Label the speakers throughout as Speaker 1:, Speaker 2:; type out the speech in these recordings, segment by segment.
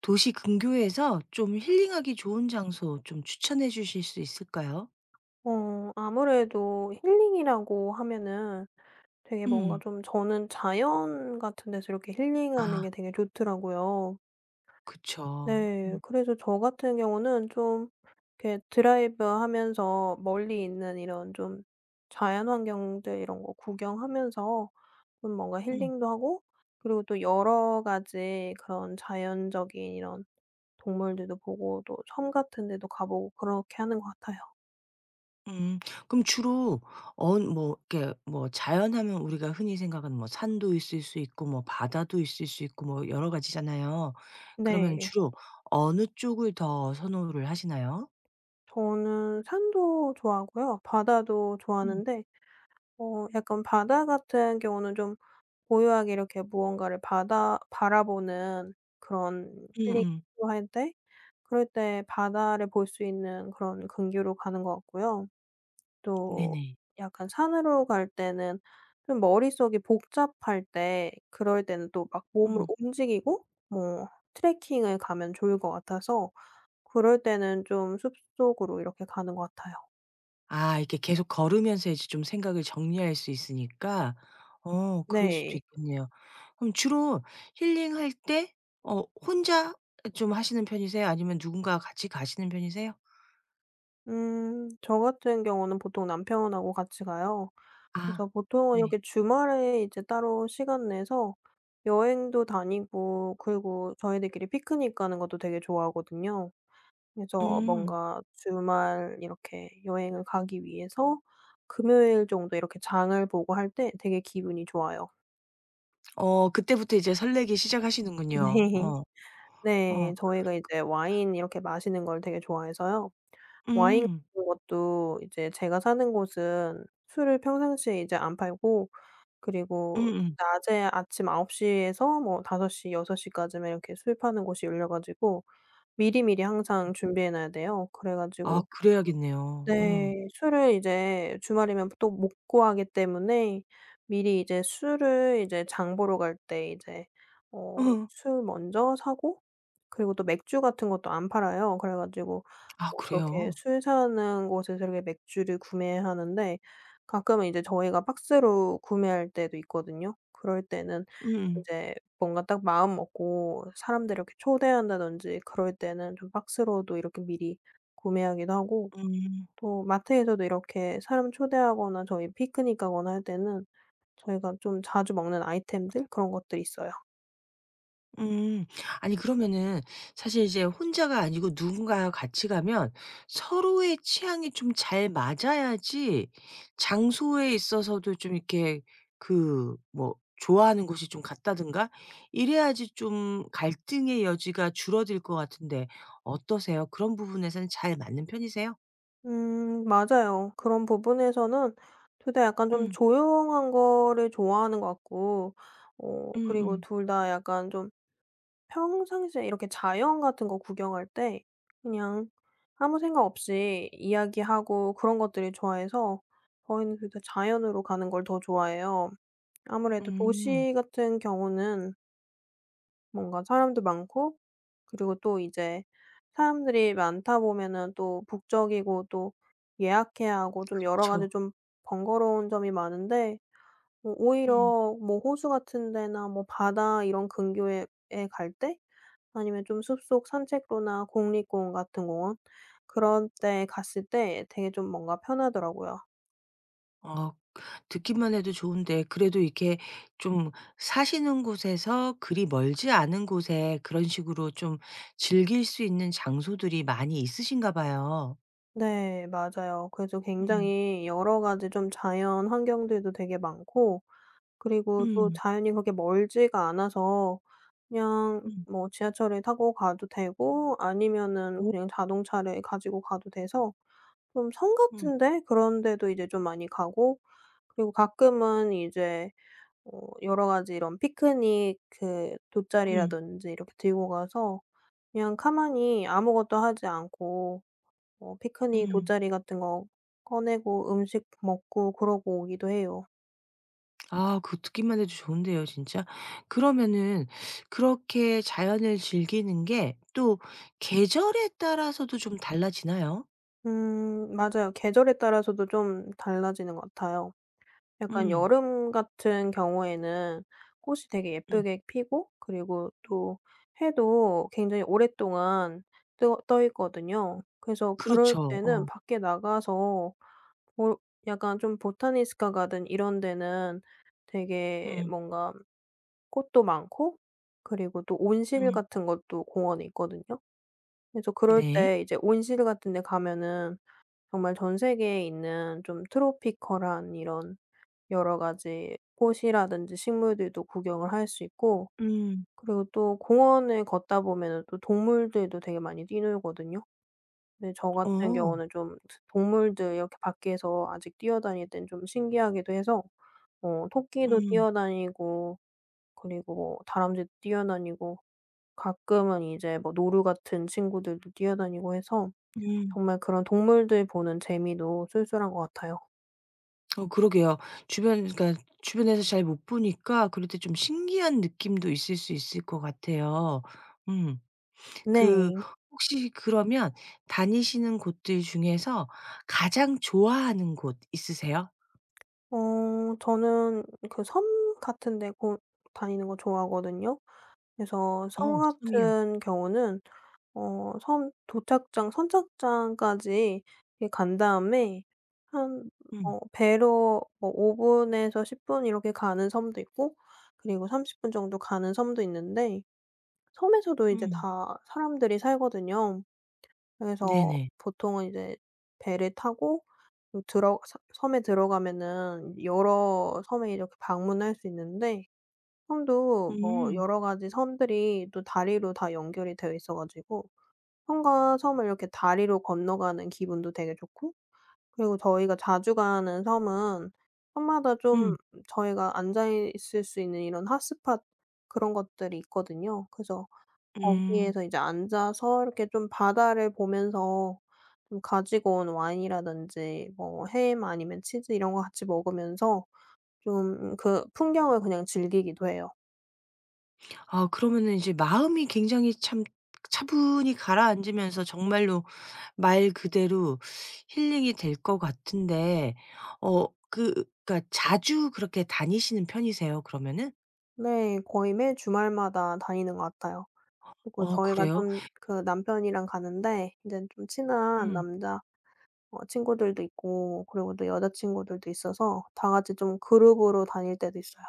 Speaker 1: 도시 근교에서 좀 힐링하기 좋은 장소 좀 추천해 주실 수 있을까요?
Speaker 2: 아무래도 힐링이라고 하면은 되게 뭔가
Speaker 1: 음.
Speaker 2: 좀 저는 자연 같은 데서 이렇게 힐링하는
Speaker 1: 아
Speaker 2: 게 되게 좋더라고요.
Speaker 1: 그쵸.
Speaker 2: 네.
Speaker 1: 음.
Speaker 2: 그래서 저 같은 경우는 좀 이렇게 드라이브하면서 멀리 있는 이런 좀 자연 환경들 이런 거 구경하면서 좀 뭔가
Speaker 1: 음.
Speaker 2: 힐링도 하고, 그리고 또 여러 가지 그런 자연적인 이런 동물들도 보고, 또 섬 같은 데도 가보고 그렇게 하는 것 같아요.
Speaker 1: 음. 그럼 주로 언 뭐 이렇게 뭐 자연하면 우리가 흔히 생각하는 뭐 산도 있을 수 있고 뭐 바다도 있을 수 있고 뭐 여러 가지잖아요. 그러면
Speaker 2: 네.
Speaker 1: 주로 어느 쪽을 더 선호를 하시나요?
Speaker 2: 저는 산도 좋아하고요. 바다도
Speaker 1: 음.
Speaker 2: 좋아하는데 약간 바다 같은 경우는 좀 고요하게 이렇게 무언가를 바다 바라보는 그런 힐링
Speaker 1: 음음.
Speaker 2: 할때 그럴 때 바다를 볼 수 있는 그런 근교로 가는 것 같고요. 또
Speaker 1: 네네.
Speaker 2: 약간 산으로 갈 때는 좀 머릿속이 복잡할 때, 그럴 때는 또 막 몸을
Speaker 1: 음.
Speaker 2: 움직이고 뭐 트레킹을 가면 좋을 것 같아서 그럴 때는 좀 숲속으로 이렇게 가는 것 같아요.
Speaker 1: 아 이게 렇 계속 걸으면서 이제 좀 생각을 정리할 수 있으니까 어 그럴 수도
Speaker 2: 네.
Speaker 1: 있겠네요. 그럼 주로 힐링할 때 어 혼자 좀 하시는 편이세요? 아니면 누군가와 같이 가시는 편이세요?
Speaker 2: 음 저 같은 경우는 보통 남편하고 같이 가요.
Speaker 1: 아
Speaker 2: 그래서 보통은
Speaker 1: 네.
Speaker 2: 이렇게 주말에 이제 따로 시간 내서 여행도 다니고, 그리고 저희들끼리 피크닉 가는 것도 되게 좋아하거든요. 그래서
Speaker 1: 음.
Speaker 2: 뭔가 주말 이렇게 여행을 가기 위해서 금요일 정도 이렇게 장을 보고 할 때 되게 기분이 좋아요.
Speaker 1: 어 그때부터 이제 설레기 시작하시는군요.
Speaker 2: 네.
Speaker 1: 어. 어.
Speaker 2: 네. 저희가 이제 와인 이렇게 마시는 걸 되게 좋아해서요. 와인
Speaker 1: 음.
Speaker 2: 같은 것도 이제 제가 사는 곳은 술을 평상시에 이제 안 팔고, 그리고
Speaker 1: 음음.
Speaker 2: 낮에 아침 9시 에서 뭐5시6시 까지만 이렇게 술 파는 곳이 열려 가지고 미리미리 항상 준비해 놔야 돼요. 그래
Speaker 1: 아
Speaker 2: 가지고,
Speaker 1: 그래야겠네요. 어.
Speaker 2: 네, 술을 이제 주말이면 또 못 구하기 때문에 미리 이제 술을 이제 장 보러 갈 때 이제
Speaker 1: 어.
Speaker 2: 술 먼저 사고, 그리고 또 맥주 같은 것도 안 팔아요. 그래 가지고
Speaker 1: 아
Speaker 2: 그렇게
Speaker 1: 그래요?
Speaker 2: 술 사는 곳에서 이렇게 맥주를 구매하는데, 가끔은 이제 저희가 박스로 구매할 때도 있거든요. 그럴 때는
Speaker 1: 음음.
Speaker 2: 이제 뭔가 딱 마음 먹고 사람들 이렇게 초대한다든지 그럴 때는 좀 박스로도 이렇게 미리 구매하기도 하고,
Speaker 1: 음.
Speaker 2: 또 마트에서도 이렇게 사람 초대하거나 저희 피크닉 가거나 할 때는 저희가 좀 자주 먹는 아이템들, 그런 것들이 있어요.
Speaker 1: 음. 아니 그러면은 사실 이제 혼자가 아니고 누군가와 같이 가면 서로의 취향이 좀 잘 맞아야지 장소에 있어서도 좀 이렇게 그 뭐 좋아하는 곳이 좀 같다든가 이래야지 좀 갈등의 여지가 줄어들 것 같은데 어떠세요? 그런 부분에서는 잘 맞는 편이세요?
Speaker 2: 맞아요. 그런 부분에서는 둘 다 약간 좀
Speaker 1: 음.
Speaker 2: 조용한 거를 좋아하는 것 같고, 그리고
Speaker 1: 음음.
Speaker 2: 둘 다 약간 좀 평상시에 이렇게 자연 같은 거 구경할 때 그냥 아무 생각 없이 이야기하고 그런 것들을 좋아해서, 저희는 둘 다 자연으로 가는 걸 더 좋아해요.
Speaker 1: 음.
Speaker 2: 아무래도
Speaker 1: 음.
Speaker 2: 도시 같은 경우는 뭔가 사람도 많고, 그리고 또 이제 사람들이 많다 보면은 또 북적이고, 또 예약해야 하고 좀 여러
Speaker 1: 그쵸.
Speaker 2: 가지 좀 번거로운 점이 많은데, 뭐
Speaker 1: 응.
Speaker 2: 오히려 뭐 호수 같은 데나 뭐 바다 이런 근교에 에갈 때 아니면 좀 숲속 산책로나 공립공원 같은 공원 그런 데 갔을 때 되게 좀 뭔가 편하더라고요.
Speaker 1: 어 듣기만 해도 좋은데 그래도 이렇게 좀 사시는 곳에서 그리 멀지 않은 곳에 그런 식으로 좀 즐길 수 있는 장소들이 많이 있으신가 봐요.
Speaker 2: 네, 맞아요. 그래서
Speaker 1: 음.
Speaker 2: 굉장히 여러 가지 좀 자연 환경들도 되게 많고, 그리고 또
Speaker 1: 음.
Speaker 2: 자연이 그렇게 멀지가 않아서 그냥
Speaker 1: 음.
Speaker 2: 뭐 지하철을 타고 가도 되고 아니면은
Speaker 1: 오.
Speaker 2: 그냥 자동차를 가지고 가도 돼서 좀 성
Speaker 1: 음.
Speaker 2: 같은데 그런 데도 이제 좀 많이 가고, 그리고 가끔은 이제 여러 가지 이런 피크닉 그
Speaker 1: 음.
Speaker 2: 돗자리라든지 이렇게 들고 가서 그냥 가만히 아무것도 하지 않고 피크닉
Speaker 1: 음.
Speaker 2: 돗자리 같은 거 꺼내고 음식 먹고 그러고 오기도 해요.
Speaker 1: 아 그거 듣기만 해도 좋은데요 진짜. 그러면은 그렇게 자연을 즐기는 게 또 계절에 따라서도 좀 달라지나요?
Speaker 2: 맞아요. 계절에 따라서도 좀 달라지는 것 같아요. 약간
Speaker 1: 음.
Speaker 2: 여름 같은 경우에는 꽃이 되게
Speaker 1: 음.
Speaker 2: 예쁘게 피고, 그리고 또 해도 굉장히 오랫동안 떠 있거든요. 그래서 그럴
Speaker 1: 그렇죠.
Speaker 2: 때는
Speaker 1: 어.
Speaker 2: 밖에 나가서 뭐 약간 좀 보타니스카 가든 이런 데는 되게
Speaker 1: 음.
Speaker 2: 뭔가 꽃도 많고, 그리고 또 온실
Speaker 1: 음.
Speaker 2: 같은 것도 공원에 있거든요. 그래서 그럴
Speaker 1: 네.
Speaker 2: 때 이제 온실 같은 데 가면은 정말 전 세계에 있는 좀 트로피컬한 이런 여러 가지 꽃이라든지 식물들도 구경을 할 수 있고,
Speaker 1: 음.
Speaker 2: 그리고 또 공원을 걷다 보면은 또 동물들도 되게 많이 뛰놀거든요. 근데 저 같은
Speaker 1: 어.
Speaker 2: 경우는 좀 동물들 이렇게 밖에서 아직 뛰어다닐 땐 좀 신기하기도 해서, 토끼도
Speaker 1: 음.
Speaker 2: 뛰어다니고, 그리고 뭐 다람쥐도 뛰어다니고, 가끔은 이제 뭐 노루 같은 친구들도 뛰어다니고 해서
Speaker 1: 음.
Speaker 2: 정말 그런 동물들 보는 재미도 쏠쏠한 것 같아요.
Speaker 1: 어 그러게요. 주변, 그러니까 주변에서 잘 못 보니까 그럴 때 좀 신기한 느낌도 있을 수 있을 것 같아요. 음. 그,
Speaker 2: 네.
Speaker 1: 혹시 그러면 다니시는 곳들 중에서 가장 좋아하는 곳 있으세요?
Speaker 2: 저는 그 섬 같은 데 고 다니는 거 좋아하거든요. 그래서 섬
Speaker 1: 어 섬이요.
Speaker 2: 같은 경우는 섬 도착장, 선착장까지 이렇게 간 다음에 한
Speaker 1: 음.
Speaker 2: 배로 뭐 5 분에서 10분 이렇게 가는 섬도 있고, 그리고 30분 정도 가는 섬도 있는데, 섬에서도 이제
Speaker 1: 음.
Speaker 2: 다 사람들이 살거든요. 그래서
Speaker 1: 네네.
Speaker 2: 보통은 이제 배를 타고 그 들어 섬 섬에 들어가면은 여러 섬에 이렇게 방문할 수 있는데, 섬도 뭐
Speaker 1: 음.
Speaker 2: 여러 가지 섬들이 또 다리로 다 연결이 되어 있어 가지고 섬과 섬을 이렇게 다리로 건너가는 기분도 되게 좋고, 그리고 저희가 자주 가는 섬은 섬마다 좀
Speaker 1: 음.
Speaker 2: 저희가 앉아 있을 수 있는 이런 핫스팟 그런 것들이 있거든요. 그래서
Speaker 1: 음.
Speaker 2: 거기에서 이제 앉아서 이렇게 좀 바다를 보면서 좀 가지고 온 와인이라든지 뭐 햄 아니면 치즈 이런 거 같이 먹으면서 좀 그 풍경을 그냥 즐기기도 해요.
Speaker 1: 아 그러면은 이제 마음이 굉장히 참 차분히 가라앉으면서 정말로 말 그대로 힐링이 될 것 같은데 어 그 그러니까 자주 그렇게 다니시는 편이세요 그러면은?
Speaker 2: 네. 거의 매 주말마다 다니는 것 같아요. 그리고
Speaker 1: 어
Speaker 2: 저희가
Speaker 1: 그래요?
Speaker 2: 좀 그 남편이랑 가는데 인제 좀 친한
Speaker 1: 음.
Speaker 2: 남자 친구들도 있고, 그리고 또 여자 친구들도 있어서 다 같이 좀 그룹으로 다닐 때도 있어요.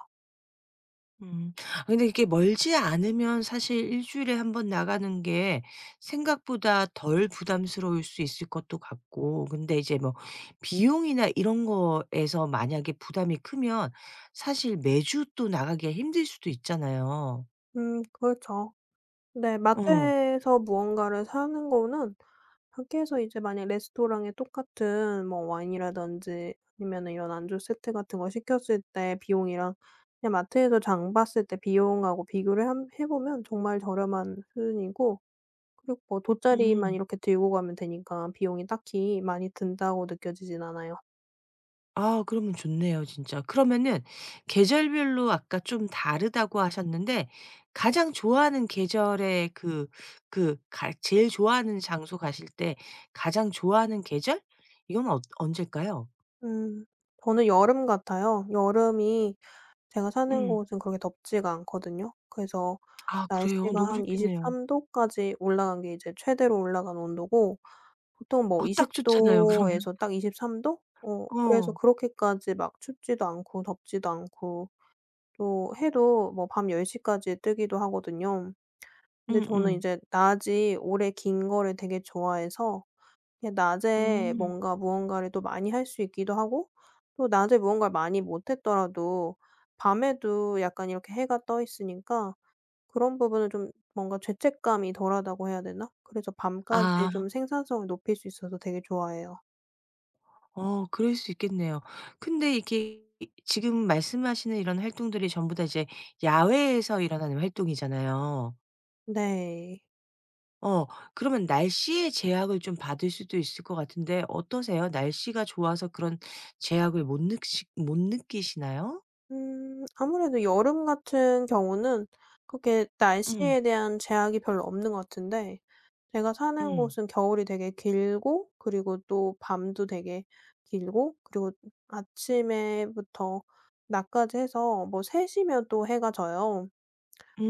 Speaker 1: 음. 아 근데 이게 멀지 않으면 사실 일 주일에 한 번 나가는 게 생각보다 덜 부담스러울 수 있을 것도 같고, 근데 이제 뭐 비용이나 이런 거에서 만약에 부담이 크면 사실 매주 또 나가기가 힘들 수도 있잖아요.
Speaker 2: 음, 그렇죠. 네.
Speaker 1: 어.
Speaker 2: 마트에서 무언가를 사는 거는 밖에서 이제 만약 레스토랑에 똑같은 뭐 와인이라든지 아니면은 이런 안주 세트 같은 거 시켰을 때 비용이랑 그냥 마트에서 장 봤을 때 비용하고 비교를 함 해 보면 정말 저렴한 수준이고, 그리고 뭐 돗자리만
Speaker 1: 음.
Speaker 2: 이렇게 들고 가면 되니까 비용이 딱히 많이 든다고 느껴지진 않아요.
Speaker 1: 아 그러면 좋네요 진짜. 그러면은 계절별로 아까 좀 다르다고 하셨는데 가장 좋아하는 계절에 그 그 가 제일 좋아하는 장소 가실 때 가장 좋아하는 계절? 이건 언제일까요?
Speaker 2: 음. 저는 여름 같아요. 여름이 제가 사는
Speaker 1: 음.
Speaker 2: 곳은 그렇게 덥지가 않거든요. 그래서
Speaker 1: 아
Speaker 2: 날씨가
Speaker 1: 그래요? 너무
Speaker 2: 한
Speaker 1: 좋겠네요.
Speaker 2: 23 도까지 올라간 게 이제 최대로 올라간 온도고, 보통 뭐
Speaker 1: 어 딱
Speaker 2: 20
Speaker 1: 좋잖아요 그러면.
Speaker 2: 도에서 딱 23 도? 그래서
Speaker 1: 어.
Speaker 2: 그렇게까지 막 춥지도 않고 덥지도 않고, 또 해도 뭐 밤 10시 까지 뜨기도 하거든요. 근데 저는
Speaker 1: 음음.
Speaker 2: 이제 낮이 오래 긴 거를 되게 좋아해서 이게
Speaker 1: 음.
Speaker 2: 낮에
Speaker 1: 음.
Speaker 2: 뭔가 무언가를 또 많이 할 수 있기도 하고, 또 낮에 무언가를 많이 못 했더라도 밤에도 약간 이렇게 해가 떠 있으니까 그런 부분은 좀 뭔가 죄책감이 덜하다고 해야 되나? 그래서 밤까지
Speaker 1: 아.
Speaker 2: 좀 생산성을 높일 수 있어서 되게 좋아해요.
Speaker 1: 어 그럴 수 있겠네요. 근데 이게 지금 말씀하시는 이런 활동들이 전부 다 이제 야외에서 일어나는 활동이잖아요.
Speaker 2: 네.
Speaker 1: 어 그러면 날씨의 제약을 좀 받을 수도 있을 것 같은데 어떠세요? 날씨가 좋아서 그런 제약을 못느시못 느끼시나요?
Speaker 2: 아무래도 여름 같은 경우는 그렇게
Speaker 1: 음.
Speaker 2: 날씨에 대한 제약이 별로 없는 것 같은데, 제가 사는
Speaker 1: 음.
Speaker 2: 곳은 겨울이 되게 길고, 그리고 또 밤도 되게 길고, 그리고 아침에부터 낮까지 해서 뭐 3 시면 또 해가 져요.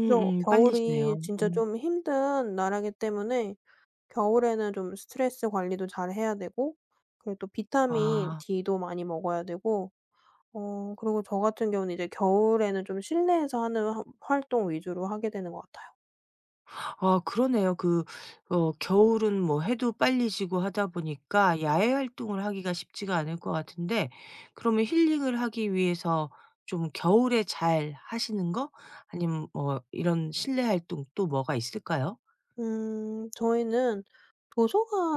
Speaker 2: 그래서
Speaker 1: 빨리시네요.
Speaker 2: 겨울이 진짜
Speaker 1: 음.
Speaker 2: 좀 힘든 나라이기 때문에 겨울에는 좀 스트레스 관리도 잘 해야 되고, 그리고 또 비타민
Speaker 1: 아.
Speaker 2: D도 많이 먹어야 되고, 그리고 저 같은 경우는 이제 겨울에는 좀 실내에서 하는 활동 위주로 하게 되는 것 같아요.
Speaker 1: 아 그러네요. 그 어 겨울은 뭐 해도 빨리 지고 하다 보니까 야외 활동을 하기가 쉽지가 않을 것 같은데 그러면 힐링을 하기 위해서 좀 겨울에 잘 하시는 거 아니면 뭐 이런 실내 활동 또 뭐가 있을까요?
Speaker 2: 저희는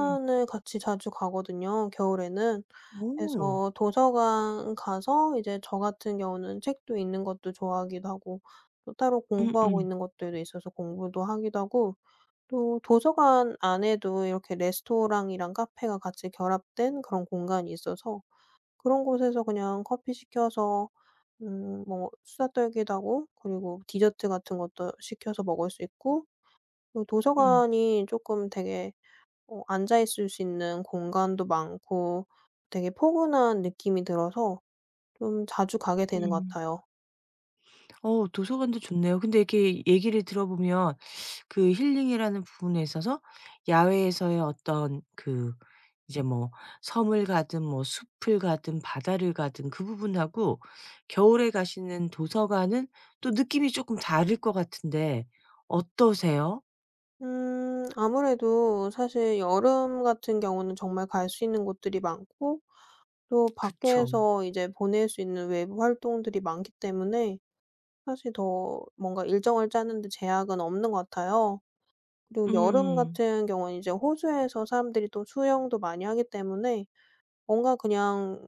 Speaker 1: 음.
Speaker 2: 같이 자주 가거든요, 겨울에는.
Speaker 1: 오.
Speaker 2: 그래서 도서관 가서 이제 저 같은 경우는 책도 읽는 것도 좋아하기도 하고, 또 따로 공부하고
Speaker 1: 음음.
Speaker 2: 있는 것들도 있어서 공부도 하기도 하고, 또 도서관 안에도 이렇게 레스토랑이랑 카페가 같이 결합된 그런 공간이 있어서 그런 곳에서 그냥 커피 시켜서 뭐 수다 떨기도 하고, 그리고 디저트 같은 것도 시켜서 먹을 수 있고, 그
Speaker 1: 음.
Speaker 2: 도서관이 조금 되게 앉아 있을 수 있는 공간도 많고 되게 포근한 느낌이 들어서 좀 자주 가게 되는 것
Speaker 1: 음.
Speaker 2: 같아요.
Speaker 1: 어 도서관도 좋네요. 근데 이렇게 얘기를 들어보면 그 힐링이라는 부분에 있어서 야외에서의 어떤 그 이제 뭐 섬을 가든 뭐 숲을 가든 바다를 가든 그 부분하고 겨울에 가시는 도서관은 또 느낌이 쪼끔 다를 것 같은데 어떠세요?
Speaker 2: 아무래도 사실 여름 같은 경우는 정말 갈 수 있는 곳들이 많고, 또
Speaker 1: 그쵸.
Speaker 2: 밖에서 이제 보낼 수 있는 외부 활동들이 많기 때문에 사실 더 뭔가 일정을 짜는 데 제약은 없는 것 같아요. 그리고 여름
Speaker 1: 음.
Speaker 2: 같은 경우는 이제 호주에서 사람들이 또 수영도 많이 하기 때문에 뭔가 그냥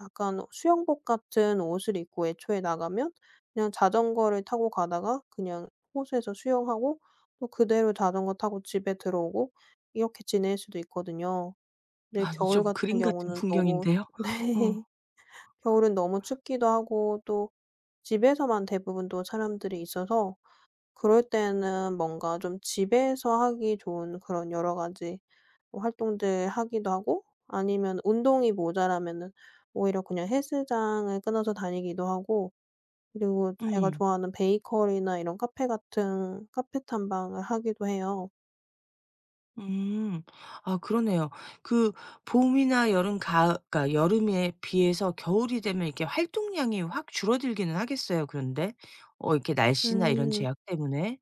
Speaker 2: 약간 수영복 같은 옷을 입고 애초에 나가면 그냥 자전거를 타고 가다가 그냥 호수에서 수영하고, 또 그대로 자전거 타고 집에 들어오고 이렇게 지낼 수도 있거든요. 근데
Speaker 1: 아니
Speaker 2: 겨울
Speaker 1: 좀
Speaker 2: 같은
Speaker 1: 그림 같은
Speaker 2: 경우는 너무
Speaker 1: 풍경인데요. 어.
Speaker 2: 네. 겨울은 너무 춥기도 하고, 또 집에서만 대부분 또 사람들이 있어서 그럴 때는 뭔가 좀 집에서 하기 좋은 그런 여러 가지 뭐 활동들 하기도 하고, 아니면 운동이 모자라면은 오히려 그냥 헬스장을 끊어서 다니기도 하고, 그리고 제가
Speaker 1: 음.
Speaker 2: 좋아하는 베이커리나 이런 카페 같은 카페 탐방을 하기도 해요.
Speaker 1: 음. 아 그러네요. 그 봄이나 여름 가 그러니까 여름에 비해서 겨울이 되면 이렇게 활동량이 확 줄어들기는 하겠어요 그런데? 어 이렇게 날씨나 이런
Speaker 2: 음.
Speaker 1: 제약 때문에.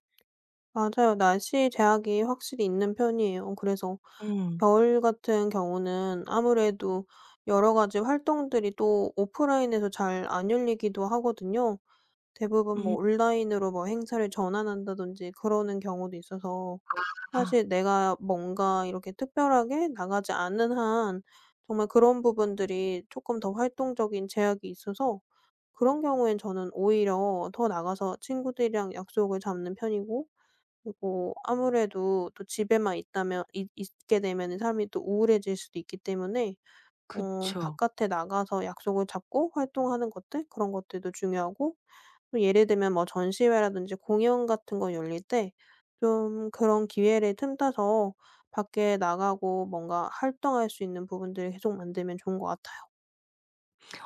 Speaker 2: 맞아요. 날씨 제약이 확실히 있는 편이에요. 그래서
Speaker 1: 음.
Speaker 2: 겨울 같은 경우는 아무래도 여러 가지 활동들이 또 오프라인에서 잘 안 열리기도 하거든요. 대부분 뭐
Speaker 1: 음.
Speaker 2: 온라인으로 뭐 행사를 전환한다든지 그러는 경우도 있어서
Speaker 1: 아
Speaker 2: 사실 내가 뭔가 이렇게 특별하게 나가지 않는 한 정말 그런 부분들이 조금 더 활동적인 제약이 있어서 그런 경우엔 저는 오히려 더 나가서 친구들이랑 약속을 잡는 편이고, 그리고 아무래도 또 집에만 있다면 있 있게 되면은 사람이 또 우울해질 수도 있기 때문에
Speaker 1: 그쵸.
Speaker 2: 바깥에 나가서 약속을 잡고 활동하는 것들, 그런 것들도 중요하고, 또 예를 들면 뭐 전시회라든지 공연 같은 거 열릴 때 좀 그런 기회를 틈타서 밖에 나가고 뭔가 활동할 수 있는 부분들을 계속 만들면 좋은 것 같아요.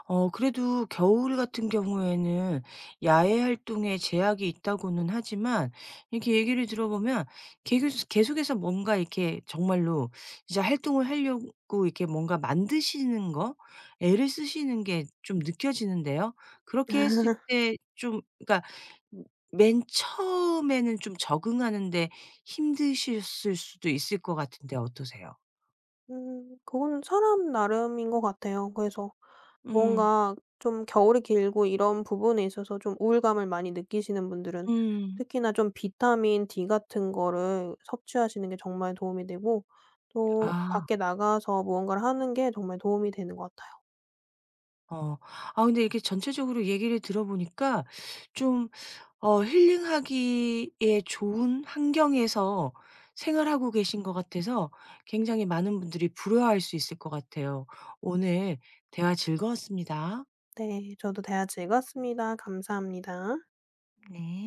Speaker 1: 어 그래도 겨울 같은 경우에는 야외 활동에 제약이 있다고는 하지만 이렇게 얘기를 들어보면 계속 계속해서 뭔가 이렇게 정말로 이제 활동을 하려고 이렇게 뭔가 만드시는 거 애를 쓰시는 게 좀 느껴지는데요. 그렇게 했을 때 좀 그러니까 맨 처음에는 좀 적응하는 데 힘드셨을 수도 있을 것 같은데 어떠세요?
Speaker 2: 그건 사람 나름인 것 같아요. 그래서
Speaker 1: 음.
Speaker 2: 뭔가 좀 겨울이 길고 이런 부분에 있어서 좀 우울감을 많이 느끼시는 분들은
Speaker 1: 음.
Speaker 2: 특히나 좀 비타민 D 같은 거를 섭취하시는 게 정말 도움이 되고, 또
Speaker 1: 아.
Speaker 2: 밖에 나가서 무언가를 하는 게 정말 도움이 되는 것 같아요.
Speaker 1: 어. 아 근데 이렇게 전체적으로 얘기를 들어보니까 좀 힐링하기에 좋은 환경에서 생활하고 계신 것 같아서 굉장히 많은 분들이 부러워할 수 있을 것 같아요. 오늘 대화 즐거웠습니다.
Speaker 2: 네. 저도 대화 즐거웠습니다. 감사합니다.
Speaker 1: 네.